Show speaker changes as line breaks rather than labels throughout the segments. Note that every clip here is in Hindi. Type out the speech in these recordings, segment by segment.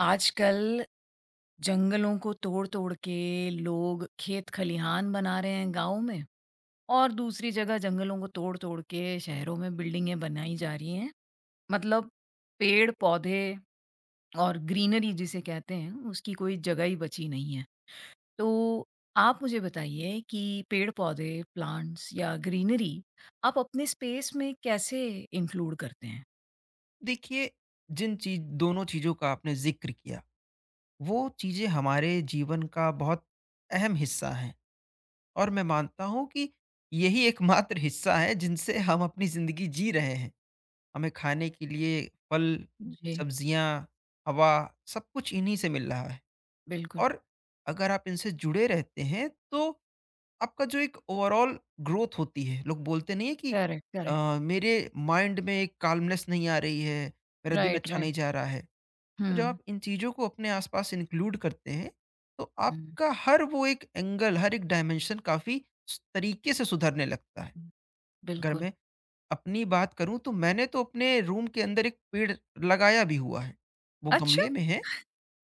आजकल जंगलों को तोड़-तोड़ के लोग खेत खलिहान बना रहे हैं गाँव में और दूसरी जगह जंगलों को तोड़-तोड़ के शहरों में बिल्डिंगें बनाई जा रही हैं। मतलब पेड़-पौधे और ग्रीनरी जिसे कहते हैं उसकी कोई जगह ही बची नहीं है। तो आप मुझे बताइए कि पेड़-पौधे, प्लांट्स या ग्रीनरी आप अपने स्पेस में कैसे इंक्लूड करते हैं?
देखिए जिन चीज दोनों चीजों का आपने जिक्र किया, वो चीजें हमारे जीवन का बहुत अहम हिस्सा हैं। और मैं मानता हूँ कि यही एकमात्र हिस्सा है जिनसे हम अपनी जिंदगी जी रहे हैं। हमें खाने के लिए फल,
जी,
सब्जियाँ, हवा, सब कुछ इन्हीं से मिल रहा है।
बिल्कुल।
और अगर आप इनसे जुड़े रहते हैं तो आपका जो एक ओवरऑल ग्रोथ होती है, लोग बोलते नहीं है कि
करेक्ट, करेक्ट।
मेरे माइंड में एक काल्मनेस नहीं आ रही है, मेरा दिन
राइट,
अच्छा
राइट।
नहीं जा रहा है। तो जब
हुँ,
आप इन चीज़ों को अपने आसपास इंक्लूड करते हैं, तो आपका हर वो एक एंगल, हर एक डायमेंशन काफ़ी स तरीके से सुधरने लगता है।
हुँ।
अगर
बिल्कुल।
मैं अपनी बात करूँ तो मैंने तो अपने रूम के अंदर एक पेड़ लगाया भी हुआ है। वो
अच्छा!
गमले में है,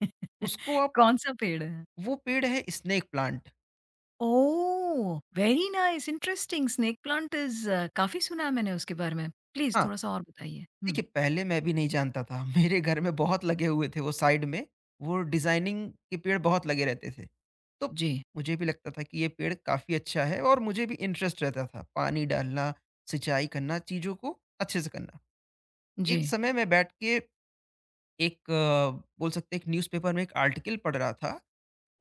उसको आप,
कौन-सा पेड़ है?
वो पेड़ है snake plant.
Oh! Very nice, interesting snake plant is काफ़ी सुना है मैंने उसके बारे में। प्लीज़
हाँ।
थोड़ा-सा और बताइए। हुँ,
देखिए, पहले मैं भी नहीं जानता था। मेरे घर में बहुत लगे हुए थे वो साइड में, वो डिज़ाइनिंग के पेड़ बहुत लगे रहते थे। तो
जी,
मुझे भी लगता था कि ये पेड़ काफ़ी अच्छा है और मुझे भी इंटरेस्ट रहता था, पानी डालना, सिंचाई करना, चीज़ों को अच्छे से करना।
जी।
एक समय मैं बैठ के एक बोल सकते हैं एक न्यूज़पेपर में एक आर्टिकल पढ़ रहा था,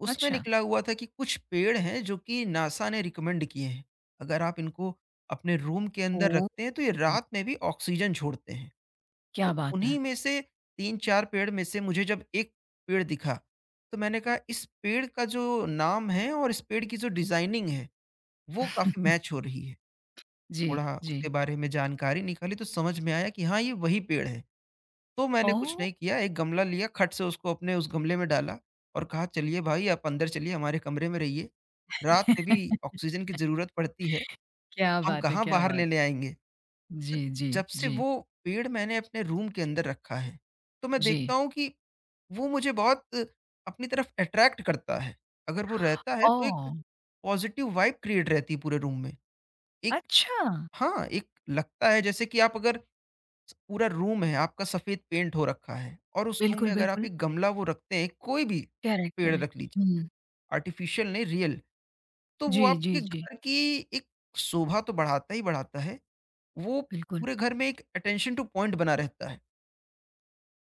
उसमें
अच्छा।
निकला हुआ था कि कुछ पेड़ हैं जो कि नासा ने रिकमेंड किए हैं। अगर आप इनको अपने रूम के अंदर
ओह!
रखते हैं, तो ये रात में भी ऑक्सीजन छोड़ते हैं।
क्या
तो
बात
उन्हीं
है।
में से 3-4 पेड़ में से मुझे जब एक पेड़ दिखा, तो मैंने कहा इस पेड़ का जो नाम है और इस पेड़ की जो डिज़ाइनिंग है, वो काफ़ी मैच हो रही है।
जी,
थोड़ा
जी।
उसके बारे में जानकारी निकाली तो समझ में आया कि हाँ, ये वही पेड़ है। तो मैंने कुछ
ओह!
नहीं किया, एक गमला लिया, खट से उसको अपने उस गमले में डाला और कहा चलिए भाई आप अंदर चलिए, हमारे कमरे में रहिए। रात में भी ऑक्सीजन की ज़रूरत पड़ती है,
क्या
हम
बात है,
कहाँ
क्या
बाहर
बात।
लेने आएँगे? तो
जी, जी,
जब से
जी,
वो पेड़ मैंने अपने रूम के अंदर रखा है, तो मैं
जी।
देखता हूँ कि वो मुझे बहुत अपनी तरफ अट्रैक्ट करता है। अगर वो रहता है तो एक
ओह!
पॉज़िटिव वाइब क्रिएट रहती है पूरे रूम में। एक,
अच्छा।
हाँ, एक लगता है जैसे कि आप अगर, पूरा रूम है, आपका सफ़ेद पेंट हो रखा है और उस रूम में
बिल्कुल,
अगर आप
बिल्कुल।
एक गमला वो रखते हैं, कोई भी
करेक्ट,
पेड़
करेक्ट।
रख लीजिए,
हुँ।
आर्टिफ़िशियल नहीं रियल, तो
जी,
वो
जी,
आपके
जी।
घर की एक शोभा तो बढ़ाता ही बढ़ाता है। वो
बिल्कुल,
पूरे घर में एक अटेंशन टू पॉइंट बना रहता है।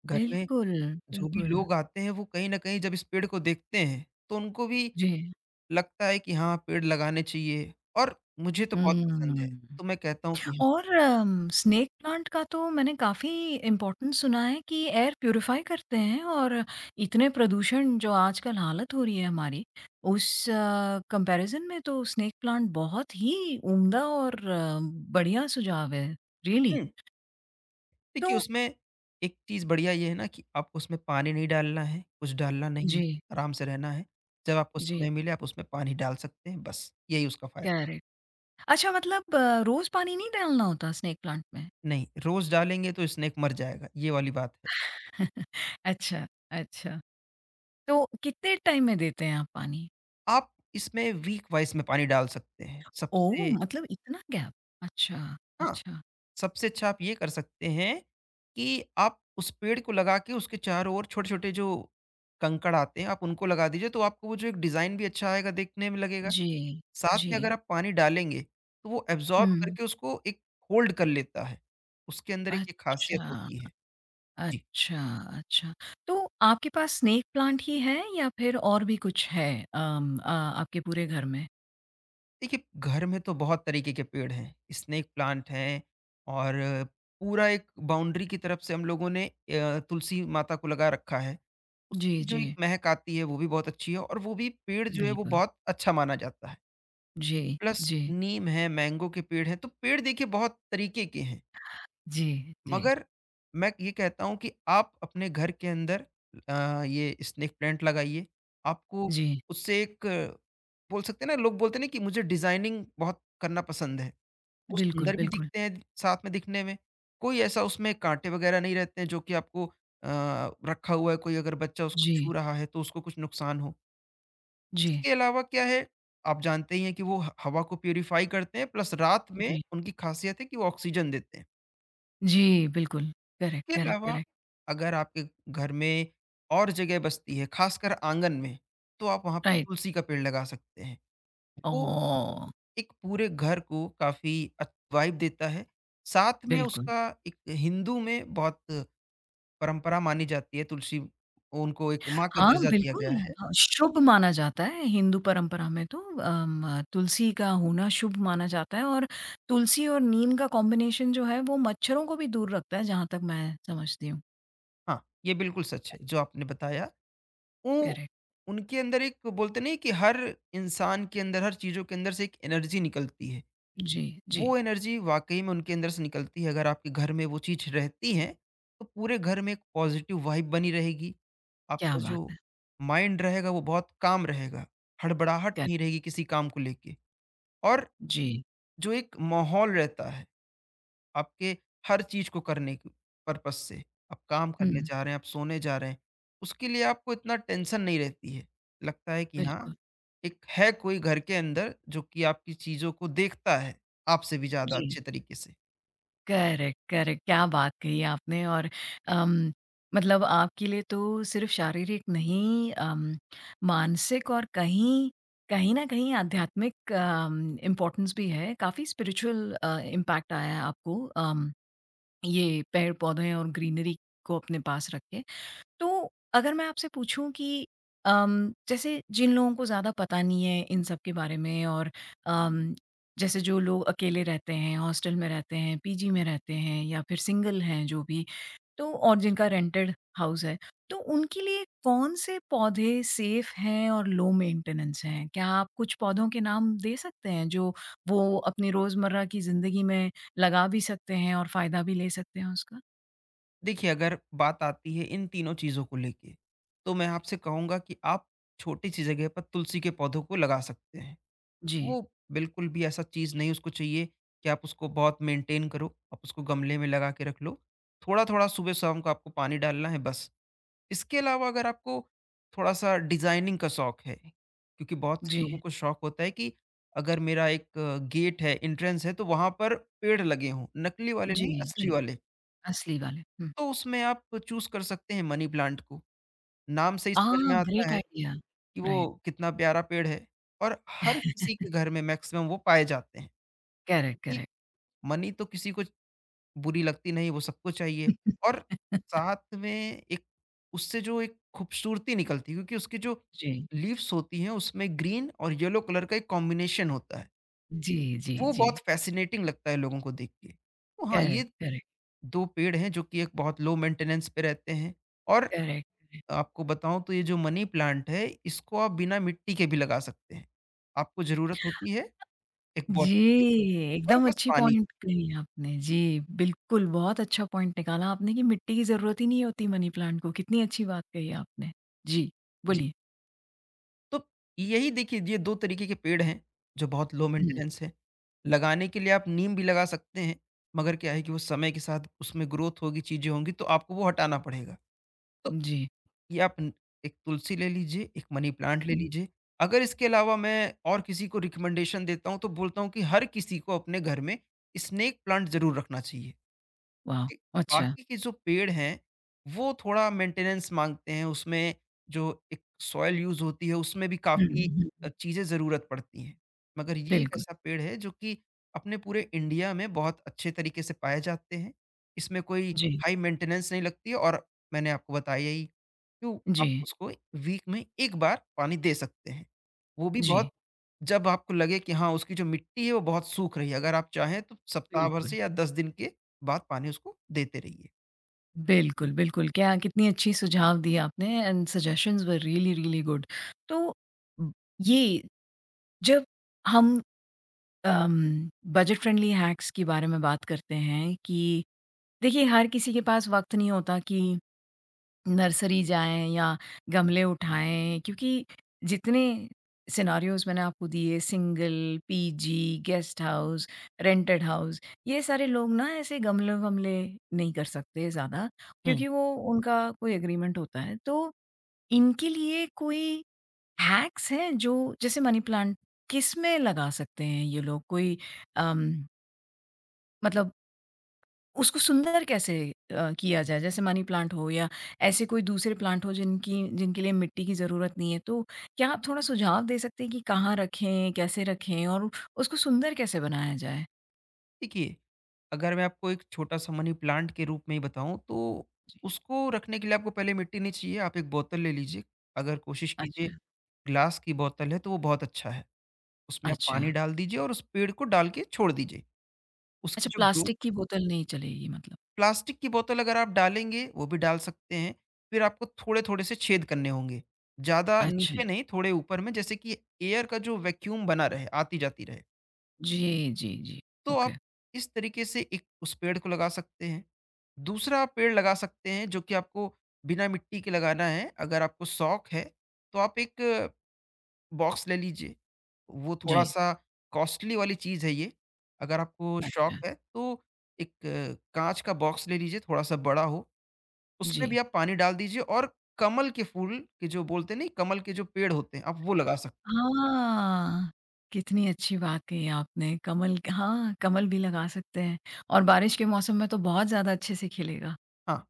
घर में
बिल्कुल,
जो भी
बिल्कुल।
लोग आते हैं, वो कहीं न कहीं जब इस पेड़ को देखते हैं, तो उनको भी
जी।
लगता है कि हाँ, पेड़ लगाने चाहिए और मुझे तो बहुत पसंद है।
हुँ।
तो मैं कहता हूँ कि हाँ।
और स्नेक प्लांट का तो मैंने काफ़ी इम्पोर्टेंस सुना है कि एयर प्यूरिफ़ाई करते हैं और इतने प्रदूषण जो आजकल हालत हो रही है हमारी, उस कंपैरिज़न में तो स्नेक प्लांट बहुत ही उम्दा और बढ़िया सुझाव है, रियली।
हुँ,
तो
देखिए उसमें एक चीज़ बढ़िया ये है ना कि आपको उसमें पानी नहीं डालना है, कुछ डालना नहीं है,
जी,
आराम से रहना है। जब आपको
जी,
समय मिले आप उसमें पानी डाल सकते हैं बस, यही उसका फ़ायदा है।
करेक्ट। अच्छा मतलब रोज़ पानी नहीं डालना होता स्नेक प्लांट में?
नहीं, रोज़ डालेंगे तो स्नेक मर जाएगा, ये वाली बात है।
अच्छा, अच्छा। तो कितने टाइम में देते हैं आप पानी?
आप इसमें वीक वाइज़ में पानी डाल सकते हैं।
ओह!
सबसे,
मतलब इतना गैप? अच्छा,
हाँ।
अच्छा।
सबसे अच्छा आप ये कर सकते हैं कि आप उस पेड़ को लगा के उसके चारों ओर छोटे-छोटे जो कंकड़ आते हैं, आप उनको लगा दीजिए, तो आपको वो जो एक डिज़ाइन भी अच्छा आएगा, देखने में लगेगा।
जी,
साथ
जी।
में अगर आप पानी डालेंगे, तो वो एब्ज़ॉर्ब
हुँ।
करके उसको एक होल्ड कर लेता है। उसके अंदर एक ये ख़ासियत
अच्छा,
होती है। जी,
अच्छा, अच्छा। तो आपके पास स्नेक प्लांट ही है या फिर और भी कुछ है आपके पूरे घर में?
देखिए, घर में तो बहुत तरीके के पेड़ हैं, स्नेक प्लांट हैं और पूरा एक बाउंड्री की तरफ से हम लोगों ने तुलसी माता को लगा रखा है।
जी,
उसकी जो
जी।
एक महक आती है वो भी बहुत अच्छी है और वो भी पेड़ जो है वो
बिल्कुल।
बहुत अच्छा माना जाता है।
जी,
प्लस
जी,
नीम है, मैंगो के पेड़ हैं, तो पेड़ देखिए बहुत तरीके के हैं।
जी, जी,
मगर मैं ये कहता हूँ कि आप अपने घर के अंदर ये स्नेक प्लांट लगाइए। आपको
जी।
उससे एक, बोल सकते हैं ना, लोग बोलते हैं ना कि मुझे डिज़ाइनिंग बहुत करना पसंद है। वो
बिल्कुल,
सुंदर भी
बिल्कुल।
दिखते हैं साथ में दिखने में। कोई ऐसा उसमें काँटे वगैरह नहीं रहते हैं जो कि आपको रखा हुआ है, कोई अगर बच्चा उसको
जी,
छू रहा है तो उसको कुछ नुकसान हो।
जी,
इसके अलावा क्या है, आप जानते ही हैं कि वो ह हवा को प्यूरिफ़ाई करते हैं, प्लस रात में
जी।
उनकी ख़ासियत है कि वो ऑक्सीजन देते हैं।
जी, बिल्कुल। करेक्ट,
इसके
करेक्ट,
अलावा
करेक्ट।
अगर आपके घर में और जगह बचती है, ख़ासकर आँगन में, तो आप वहाँ पर
राइट।
तुलसी का पेड़ लगा सकते हैं। वो
ओह!
एक पूरे घर को काफ़ी वाइब देता है। साथ में
बिल्कुल।
उसका एक, हिंदू में बहुत परंपरा मानी जाती है तुलसी, उनको एक माँ का
हाँ,
दर्जा दिया
बिल्कुल।
गया है।
हाँ, शुभ माना जाता है हिंदू परंपरा में तो तुलसी का होना शुभ माना जाता है और तुलसी और नीम का कॉम्बिनेशन जो है वो मच्छरों को भी दूर रखता है जहाँ तक मैं समझती हूँ।
हाँ, ये बिल्कुल सच है जो आपने बताया। वो,
करेक्ट।
उनके अंदर एक, बोलते नहीं कि हर इंसान के अंदर, हर चीज़ों के अंदर से एक एनर्जी निकलती है।
जी, जी।
वो एनर्जी वाक़ई में उनके अंदर से निकलती है। अगर आपके घर में वो चीज़ रहती है, तो पूरे घर में एक पॉज़िटिव वाइब बनी रहेगी।
क्या
आपका
बात
जो
है!
माइंड रहेगा वो बहुत काम रहेगा। हड़बड़ाहट नहीं
करेक्ट।
रहेगी किसी काम को लेके। और
जी।
जो एक माहौल रहता है आपके हर चीज़ को करने के पर्पज़ से, आप काम करने
हुँ,
जा रहे हैं, आप सोने जा रहे हैं, उसके लिए आपको इतना टेंशन नहीं रहती है। लगता है कि हाँ,
बिल्कुल।
एक है कोई घर के अंदर जो कि आपकी चीज़ों को देखता है, आपसे भी ज़्यादा
जी।
अच्छे तरीके से।
Correct, correct. क्या बात कही आपने और अम, मतलब आपके लिए तो सिर्फ़ शारीरिक नहीं मानसिक और कहीं कहीं न कहीं आध्यात्मिक इम्पोर्टेंस भी है। काफ़ी स्पिरिचुअल इम्पैक्ट आया है आपको ये पेड़-पौधे और ग्रीनरी को अपने पास रख के। तो अगर मैं आपसे पूछूँ कि जैसे जिन लोगों को ज़्यादा पता नहीं है इन सब के बारे में और अम, जैसे जो लोग अकेले रहते हैं, हॉस्टल में रहते हैं, पीजी में रहते हैं या फिर सिंगल हैं जो भी, तो और जिनका रेंटेड हाउस है, तो उनके लिए कौन से पौधे सेफ हैं और लो मेंटेनेंस हैं? क्या आप कुछ पौधों के नाम दे सकते हैं जो वो अपनी रोज़मर्रा की ज़िंदगी में लगा भी सकते हैं और फ़ायदा भी ले सकते हैं उसका?
देखिए अगर बात आती है इन तीनों चीज़ों को लेके, तो मैं आपसे कहूँगा कि आप छोटी-सी जगह पर तुलसी के पौधों को लगा सकते हैं।
जी,
वो बिल्कुल भी ऐसा चीज़ नहीं उसको चाहिए कि आप उसको बहुत मेंटेन करो, आप उसको गमले में लगा के रख लो। थोड़ा-थोड़ा सुबह-शाम को आपको पानी डालना है बस। इसके अलावा अगर आपको थोड़ा-सा डिज़ाइनिंग का शौक है, क्योंकि बहुत से लोगों
जी,
को शौक होता है कि अगर मेरा एक गेट है, एंट्रेंस है, तो वहाँ पर पेड़ लगे हों, नकली वाले
जी,
नहीं, असली
जी।
वाले।
असली वाले। हुँ।
तो उसमें आप चूज़ कर सकते हैं मनी प्लांट को। नाम से ही समझ में
आह!
आता
ग्रेट
है
आइडिया।
कि
राइट।
वो कितना प्यारा पेड़ है और हर किसी के घर में मैक्सिमम वो पाए जाते हैं,
करेक्ट,
क्योंकि
करेक्ट।
मनी तो किसी को बुरी लगती नहीं, वो सबको चाहिए। और साथ में एक, उससे जो एक खूबसूरती निकलती है, क्योंकि उसकी जो
जी।
लीव्स होती हैं उसमें ग्रीन और येलो कलर का एक कॉम्बिनेशन होता है।
जी, जी,
वो
जी।
बहुत फ़ैसिनेटिंग लगता है लोगों को देख के। तो हाँ,
करेक्ट,
ये
करेक्ट,
2 पेड़ हैं जो कि एक बहुत लो मेंटेनेंस पे रहते हैं। और
करेक्ट, करेक्ट।
आपको बताऊँ तो ये जो मनी प्लांट है इसको आप बिना मिट्टी के भी लगा सकते हैं। आपको ज़रूरत होती है एक
जी,
बॉटल की और
एकदम
बस
अच्छी
पानी की।
पॉइंट कही आपने, जी, बिल्कुल बहुत अच्छा पॉइंट निकाला आपने कि मिट्टी की ज़रूरत ही नहीं होती मनी प्लांट को, कितनी अच्छी बात कही आपने। जी,
जी।
बोलिए।
तो यही देखिए, ये 2 तरीके के पेड़ हैं, जो बहुत लो
हुँ,
मेंटेनेंस हैं। लगाने के लिए आप नीम भी लगा सकते हैं, मगर क्या है कि वो समय के साथ उसमें ग्रोथ होगी, चीज़ें होंगी तो आपको वो हटाना पड़ेगा। तो
जी,
ये आप न, एक तुलसी ले लीजिए, एक मनी प्लांट ले
हुँ,
लीजिए। अगर इसके अलावा मैं और किसी को रिकमेंडेशन देता हूँ तो बोलता हूँ कि हर किसी को अपने घर में स्नेक प्लांट ज़रूर रखना चाहिए।
वाह!
ए,
अच्छा।
बाकी के जो पेड़ हैं, वो थोड़ा मेंटेनेंस माँगते हैं, उसमें जो एक सॉइल यूज़ होती है, उसमें भी
हुँ,
काफ़ी
हुँ,
चीज़ें ज़रूरत पड़ती हैं। मगर ये एक
बिल्कुल,
ऐसा पेड़ है जो कि अपने पूरे इंडिया में बहुत अच्छे तरीके से पाए जाते हैं। इसमें कोई
जी,
हाई मेंटेनेंस नहीं लगती है और मैंने आपको बताया ही। तो आप
जी,
उसको वीक में 1 बार पानी दे सकते हैं। वो भी
जी,
बहुत, जब आपको लगे कि हाँ, उसकी जो मिट्टी है वो बहुत सूख रही है। अगर आप चाहें तो सप्ताह भर
बिल्कुल।
से या 10 दिन के बाद पानी उसको देते रहिए।
बिल्कुल, बिल्कुल। क्या कितनी अच्छी सुझाव दिए आपने and suggestions were really, really good. तो ब ये जब हम बजट फ्रेंडली हैक्स के बारे में बात करते हैं कि देखिए हर किसी के पास वक़्त नहीं होता कि नर्सरी जाएँ या गमले उठाएँ क्योंकि जितने सिनेरियोज़ मैंने आपको दिए single, PG, guest house, rented house ये सारे लोग ना ऐसे गमले-वमले नहीं कर सकते ज़्यादा
हुँ,
क्योंकि वो उनका कोई एग्रीमेंट होता है। तो इनके लिए कोई हैक्स हैं जो जैसे मनी प्लांट किसमें लगा सकते हैं ये लोग? कोई अम, मतलब उसको सुंदर कैसे किया जाए? जैसे मनी प्लांट हो या ऐसे कोई दूसरे प्लांट हो जिनकी जिनके लिए मिट्टी की ज़रूरत नहीं है। तो क्या आप थोड़ा सुझाव दे सकते हैं कि कहाँ रखें, कैसे रखें और उसको सुंदर कैसे बनाया जाए?
देखिए, अगर मैं आपको एक छोटा-सा मनी प्लांट के रूप में ही बताऊँ, तो
जी।
उसको रखने के लिए आपको पहले मिट्टी नहीं चाहिए। आप एक बोतल ले लीजिए, अगर कोशिश कीजिए
अच्छा,
ग्लास की बोतल है तो वो बहुत अच्छा है। उसमें आप
अच्छा।
पानी डाल दीजिए और उस पेड़ को डाल के छोड़ दीजिए। उसकी
अच्छा
जो ग्रो,
प्लास्टिक की बोतल नहीं चलेगी मतलब।
प्लास्टिक की बोतल अगर आप डालेंगे, वो भी डाल सकते हैं, फिर आपको थोड़े-थोड़े से छेद करने होंगे। ज़्यादा
अच्छा।
नीचे नहीं, थोड़े ऊपर में, जैसे कि एयर का जो वैक्यूम बना रहे, आती-जाती रहे।
जी, जी, जी।
तो आप
ओके।
इस तरीके से एक उस पेड़ को लगा सकते हैं। दूसरा आप पेड़ लगा सकते हैं जो कि आपको बिना मिट्टी के लगाना है, अगर आपको शौक है, तो आप एक बॉक्स ले लीजिए। वो
जी।
थोड़ा-सा कॉस्टली वाली चीज़ है ये, अगर आपको शौक
अच्छा।
है तो एक काँच का बॉक्स ले लीजिए, थोड़ा-सा बड़ा हो। उसमें
जी।
भी आप पानी डाल दीजिए और कमल के फूल के जो, बोलते नहीं कमल के जो पेड़ होते हैं, आप वो लगा सकते हैं।
हाँ। कितनी अच्छी बात कही आपने। कमल क हाँ, कमल भी लगा सकते हैं और बारिश के मौसम में तो बहुत ज़्यादा अच्छे से खिलेगा।
हाँ,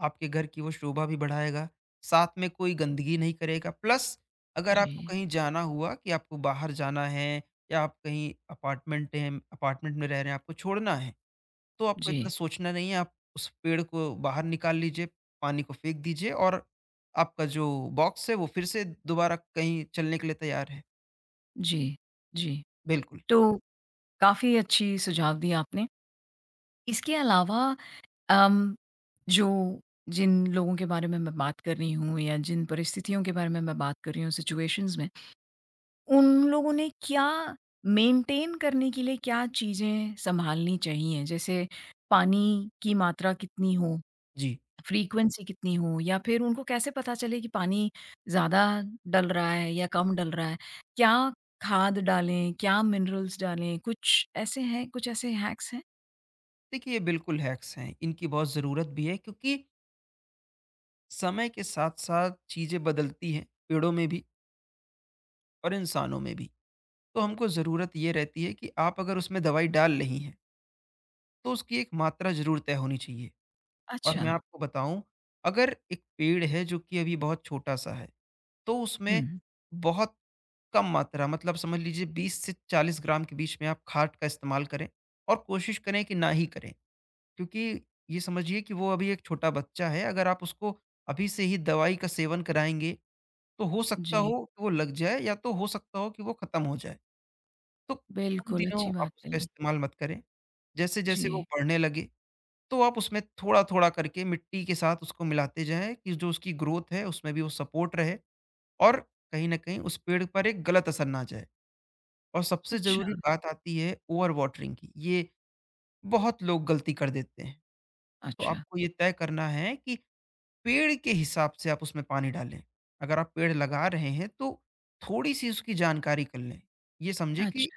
आपके घर की वो शोभा भी बढ़ाएगा, साथ में कोई गंदगी नहीं करेगा, प्लस अगर आपको
जी,
कहीं जाना हुआ कि आपको बाहर जाना है, या आप कहीं अपार्टमेंट में रह रहे हैं, आपको छोड़ना है, तो आपको इतना
जी,
सोचना नहीं है, आप उस पेड़ को बाहर निकाल लीजिए, पानी को फेंक दीजिए और आपका जो बॉक्स है वो फिर से दोबारा कहीं चलने के लिए तैयार है।
जी, जी।
बिल्कुल,
तो काफ़ी अच्छी सुझाव दिए आपने। इसके अलावा अम, जो जिन लोगों के बारे में मैं बात कर रही हूँ या जिन परिस्थितियों के बारे में मैं बात कर रही हूँ सिचुएशंस में, उन लोगों ने क्या मेंटेन करने के लिए क्या चीज़ें सँभालनी चाहिए? जैसे पानी की मात्रा कितनी हो
जी।
फ्रीक्वेंसी कितनी हो या फिर उनको कैसे पता चले कि पानी ज़्यादा डल रहा है या कम डल रहा है? क्या खाद डालें, क्या मिनरल्स डालें? कुछ ऐसे हैं कुछ ऐसे हैक्स हैं?
देखिए, ये बिल्कुल हैक्स हैं, इनकी बहुत ज़रूरत भी है क्योंकि समय के साथ साथ चीज़ें बदलती हैं पेड़ों में भी और इंसानों में भी। तो हमको ज़रूरत ये रहती है कि आप अगर उसमें दवाई डाल रही हैं तो उसकी एक मात्रा ज़रूर तय होनी चाहिए। और
अच्छा।
मैं आपको बताऊं, अगर एक पेड़ है जो कि अभी बहुत छोटा सा है, तो उसमें
हुँ।
बहुत कम मात्रा, मतलब समझ लीजिए 20 से 40 ग्राम के बीच में आप खाद का इस्तेमाल करें और कोशिश करें कि ना ही करें, क्योंकि ये समझिए कि वो अभी एक छोटा बच्चा है, अगर आप उसको अभी से ही दवाई का सेवन कराएँगे, तो हो सकता, जी।
जी,
हो कि वो लग जाए या तो हो सकता हो कि वो खत्म हो जाए। तो उन
बिल्कुल,
दिनों
अच्छी
आप
बात
उसका
कही।
इस्तेमाल मत करें। जैसे-जैसे वो
जी।
बढ़ने लगे, तो आप उसमें थोड़ा-थोड़ा करके मिट्टी के साथ उसको मिलाते जाएँ कि जो उसकी ग्रोथ है, उसमें भी वो सपोर्ट रहे और कहीं न कहीं उस पेड़ पर एक गलत असर ना जाए। और सबसे
अच्छा,
ज़रूरी बात आती है ओवर वाटरिंग की, ये बहुत लोग गलती कर देते हैं। तो
अच्छा,
आपको ये तय करना है कि पेड़ के हिसाब से आप उसमें पानी डालें। अगर आप पेड़ लगा रहे हैं तो थोड़ी-सी उसकी जानकारी कर लें। ये समझिए कि
अच्छा।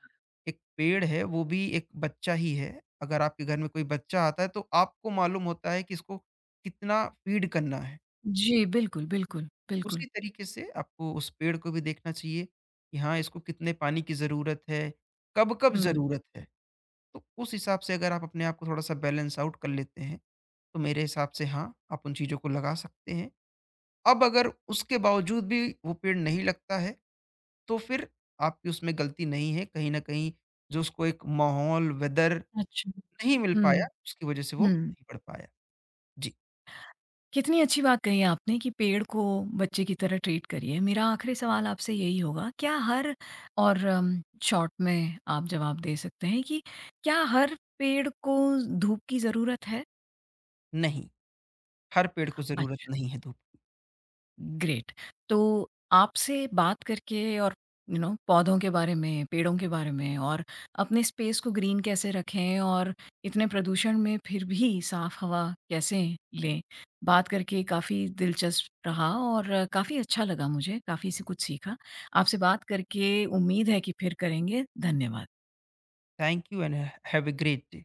एक पेड़ है, वो भी एक बच्चा ही है। अगर आपके घर में कोई बच्चा आता है तो आपको मालूम होता है कि इसको कितना फीड करना है।
जी, बिल्कुल, बिल्कुल, बिल्कुल।
उसी तरीके से आपको उस पेड़ को भी देखना चाहिए कि हाँ, इसको कितने पानी की ज़रूरत है, कब-कब
हुँ।
ज़रूरत है। तो उस हिसाब से अगर आप अपने आप को थोड़ा-सा बैलेंस आउट कर लेते हैं, तो मेरे हिसाब से हाँ, आप उन चीज़ों को लगा सकते हैं। अब अगर उसके बावजूद भी वो पेड़ नहीं लगता है, तो फिर आपकी उसमें गलती नहीं है। कहीं न कहीं जो उसको एक माहौल, वेदर
अच्छा।
नहीं मिल पाया,
हुँ,
उसकी वज़ह से वो
हुँ।
नहीं बढ़ पाया। जी,
कितनी अच्छी बात कही आपने कि पेड़ को बच्चे की तरह ट्रीट करिए। मेरा आखिरी सवाल आपसे यही होगा, क्या हर और शॉर्ट में आप जवाब दे सकते हैं कि क्या हर पेड़ को धूप की ज़रूरत है?
नहीं, हर पेड़ को ज़रूरत
अच्छा।
नहीं है धूप।
ग्रेट। तो आपसे बात करके और यू you नो पौधों के बारे में, पेड़ों के बारे में और अपने स्पेस को ग्रीन कैसे रखें और इतने प्रदूषण में फिर भी साफ हवा कैसे लें, बात करके काफ़ी दिलचस्प रहा और काफ़ी अच्छा लगा मुझे, काफ़ी से कुछ सीखा। आपसे बात करके उम्मीद है कि फिर करेंगे। धन्यवाद।
Thank you and have a great day.